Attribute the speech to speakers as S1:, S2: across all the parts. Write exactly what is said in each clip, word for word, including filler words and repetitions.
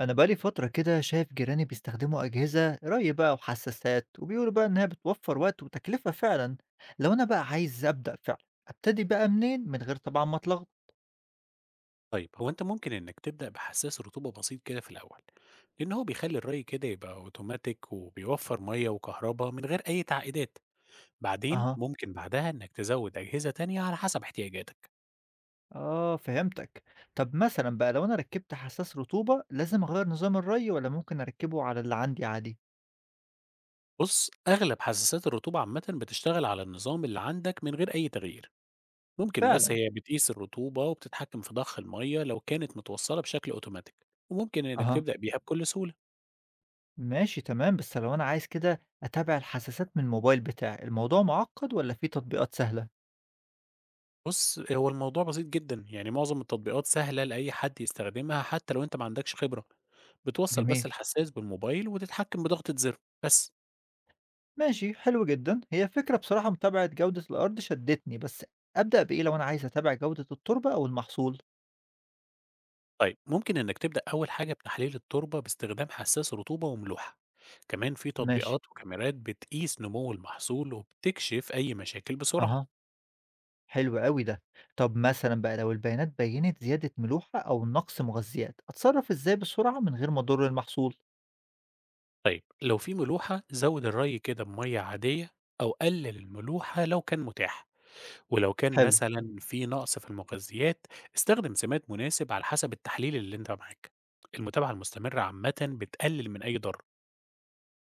S1: أنا بقالي فترة كده شايف جيراني بيستخدموا أجهزة ري بقى وحساسات وبيقولوا بقى إنها بتوفر وقت وتكلفة فعلا. لو أنا بقى عايز أبدأ فعلا، أبتدي بقى منين من غير طبعا ما أتلخبط؟
S2: طيب هو انت ممكن انك تبدأ بحساس رطوبة بسيط كده في الاول، لان هو بيخلي الري كده يبقى اوتوماتيك وبيوفر مية وكهرباء من غير اي تعقيدات. بعدين
S1: أها،
S2: ممكن بعدها انك تزود اجهزة تانية على حسب احتياجاتك.
S1: آه فهمتك. طب مثلا بقى لو أنا ركبت حساس رطوبة لازم أغير نظام الري ولا ممكن أركبه على اللي عندي عادي؟
S2: بص اغلب حساسات الرطوبة عامة بتشتغل على النظام اللي عندك من غير اي تغيير. ممكن بس
S1: فعلا،
S2: هي بتقيس الرطوبة وبتتحكم في ضخ المية لو كانت متوصلة بشكل اوتوماتيك، وممكن انك
S1: أها.
S2: تبدأ بيها بكل سهولة.
S1: ماشي تمام، بس لو أنا عايز كده أتابع الحساسات من الموبايل بتاعي الموضوع معقد ولا فيه تطبيقات سهلة؟
S2: بُص، هو الموضوع بسيط جدًا، يعني معظم التطبيقات سهلة لأي حد يستخدمها حتى لو أنت ما عندكش خبرة، بتوصّل بس
S1: جميل.
S2: الحساس بالموبايل وتتحكم بضغطة زر بس.
S1: ماشي حلو جدًا، هي فكرة بصراحة متابعة جودة الأرض شدّتني، بس أبدأ بإيه لو أنا عايز أتابع جودة التربة أو المحصول؟
S2: طيب ممكن إنك تبدأ أول حاجة بتحليل التربة باستخدام حساس رطوبة وملوحة، كمان في
S1: ماشي،
S2: تطبيقات وكاميرات بتقيس نمو المحصول وبتكشف أي مشاكل بسرعة.
S1: أها. حلو أوي ده. طب مثلًا بقى لو البيانات بيّنت زيادة ملوحة أو نقص مغذيات، أتصرّف إزاي بسرعة من غير ما أضر المحصول؟
S2: طيب لو في ملوحة زود الري كده بمَيّة عادية، أو قلل الملوحة لو كان متاح. ولو كان
S1: حلو.
S2: مثلًا في نقص في المغذيات، استخدم سماد مناسب على حسب التحليل اللي أنت معاك. المتابعة المستمرة عامةً بتقلل من أي ضرر.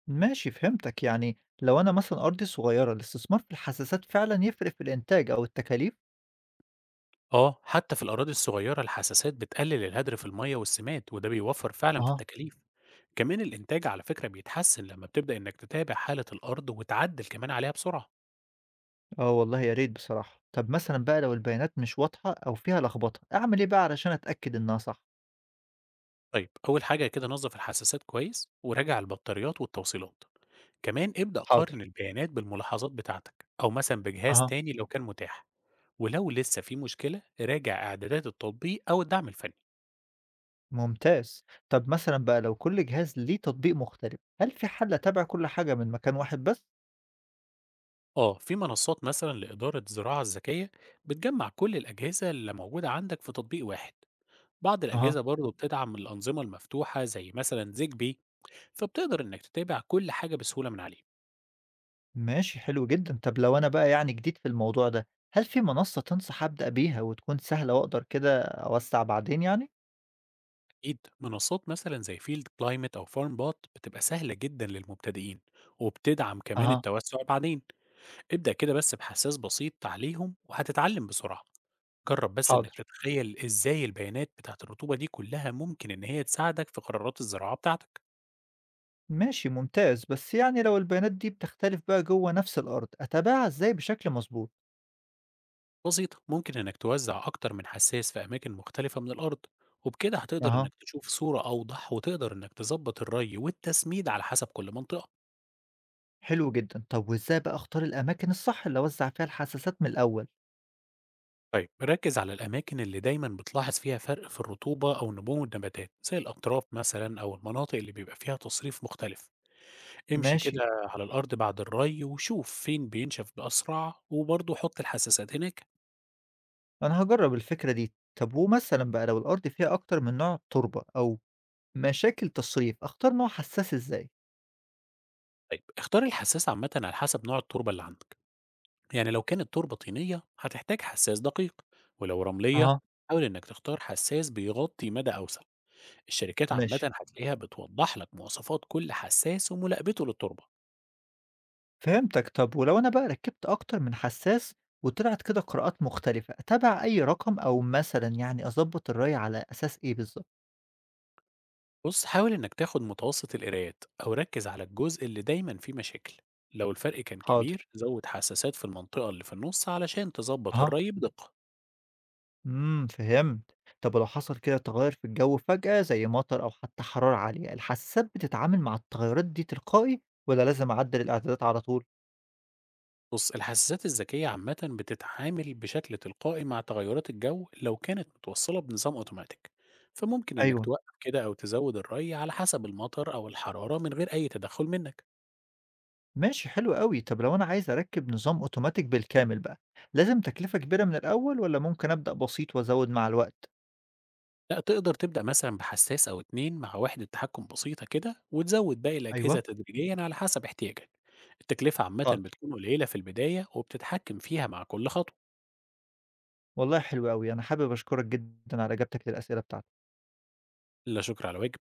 S1: ماشي فهمتك، يعني لو أنا مثلًا أرضي صغيرة الاستثمار في الحساسات فعلًا يفرق في الإنتاج أو التكاليف؟
S2: آه، حتى في الأراضي الصغيرة الحساسات بتقلل الهدر في المَيّة والسماد، وده بيوفر فعلًا في
S1: أها.
S2: التكاليف. كمان الإنتاج على فكرة بيتحسن لما بتبدأ إنك تتابع حالة الأرض وتعدل كمان عليها بسرعة.
S1: آه والله يا ريت بصراحة. طب مثلًا بقى لو البيانات مش واضحة أو فيها لخبطة، أعمل إيه بقى علشان أتأكد إنها صح؟
S2: طيب، أول حاجة كده نظف الحساسات كويس، وراجع البطاريات والتوصيلات. كمان ابدأ
S1: حاضر،
S2: قارن البيانات بالملاحظات بتاعتك، أو مثلًا بجهاز
S1: أها.
S2: تاني لو كان متاح. ولو لسه في مشكلة راجع إعدادات التطبيق أو الدعم الفني.
S1: ممتاز. طب مثلًا بقى لو كل جهاز ليه تطبيق مختلف، هل في حل أتابع كل حاجة من مكان واحد بس؟
S2: آه في منصات مثلا لإدارة الزراعة الذكية بتجمع كل الأجهزة اللي موجودة عندك في تطبيق واحد. بعض
S1: أها.
S2: الأجهزة برضه بتدعم الأنظمة المفتوحة زي مثلا زيجبي، فبتقدر إنك تتابع كل حاجة بسهولة من عليه.
S1: ماشي حلو جدًا. طب لو أنا بقى يعني جديد في الموضوع ده، هل في منصة تنصح أبدأ بيها وتكون سهلة وأقدر كده أوسّع بعدين يعني؟
S2: أكيد منصات مثلا زي فيلد كلايمت أو فارم بوت بتبقى سهلة جدا للمبتدئين، وبتدعم كمان
S1: أها،
S2: التوسع بعدين. ابدأ كده بس بحساس بسيط عليهم وهتتعلم بسرعة. جرّب بس إنك
S1: حاضر.
S2: تتخيّل إزاي البيانات بتاعة الرطوبة دي كلّها ممكن إن هي تساعدك في قرارات الزراعة بتاعتك.
S1: ماشي ممتاز. بس يعني لو البيانات دي بتختلف بقى جوّه نفس الأرض، أتابعها إزاي بشكل مضبوط؟
S2: بسيطة، ممكن إنك توزّع أكتر من حساس في أماكن مختلفة من الأرض، وبكده هتقدر
S1: أها.
S2: إنك تشوف صورة أوضح وتقدر إنك تضبّط الري والتسميد على حسب كل منطقة.
S1: حلو جدًا. طب وإزاي بقى أختار الأماكن الصح اللي أوزّع فيها الحساسات من الأول؟
S2: طيب ركّز على الأماكن اللي دايمًا بتلاحظ فيها فرق في الرطوبة أو نمو النباتات، زي الأطراف مثلًا أو المناطق اللي بيبقى فيها تصريف مختلف، امشي
S1: ماشي.
S2: كده على الأرض بعد الري وشوف فين بينشف بأسرع وبرضه حُط الحساسات هناك.
S1: أنا هاجرّب الفكرة دي. طب ومثلًا بقى لو الأرض فيها أكتر من نوع تربة أو مشاكل تصريف، أختار نوع حساس إزاي؟
S2: طيب اختار الحساس عامة على حسب نوع التربة اللي عندك، يعني لو كانت تربة طينية هتحتاج حساس دقيق، ولو رملية
S1: أها.
S2: حاول انك تختار حساس بيغطي مدى اوسع. الشركات عامة
S1: ماشي،
S2: هتلاقيها بتوضح لك مواصفات كل حساس وملاقبته للتربة.
S1: فهمتك. طب ولو أنا بقى ركّبت أكتر من حساس وطلعت كده قراءات مختلفة، أتابع أي رقم أو مثلًا يعني أضبّط الري على أساس إيه بالضبط؟
S2: بص حاول انك تاخد متوسط القرايات او ركز على الجزء اللي دايما فيه مشاكل. لو الفرق كان كبير
S1: حاضر،
S2: زود حساسات في المنطقة اللي في النص علشان تظبط
S1: أها.
S2: الري بدقة.
S1: إمم، فهمت. طب ولو حصل كده تغيُّر في الجو فجأة زي مطر أو حتى حرارة عالية، الحساسات بتتعامل مع التغيرات دي تلقائي والّا لازم أعدّل الإعدادات على طول؟
S2: بص الحساسات الذكية عامة بتتعامل بشكل تلقائي مع تغيرات الجو لو كانت متوصلة بنظام أوتوماتيك، فممكن إنك
S1: أيوه.
S2: توقف كده أو تزود الري على حسب المطر أو الحرارة من غير أي تدخل منك.
S1: ماشي حلو أوي. طب لو أنا عايز أركّب نظام أوتوماتيك بالكامل بقى، لازم تكلفة كبيرة من الأول والّا ممكن أبدأ بسيط وأزوّد مع الوقت؟
S2: لا، تقدر تبدأ مثلا بحساس أو اتنين مع وحدة تحكم بسيطة كده وتزود باقي الأجهزة
S1: أيوه،
S2: تدريجيا على حسب احتياجك. التكلفة عامة
S1: حاضر.
S2: بتكون قليلة في البداية وبتتحكم فيها مع كل خطوة.
S1: والله حلو أوي. أنا حابب أشكرك جدًا على إجابتك للأسئلة بتاعتي.
S2: لا شكر على واجب.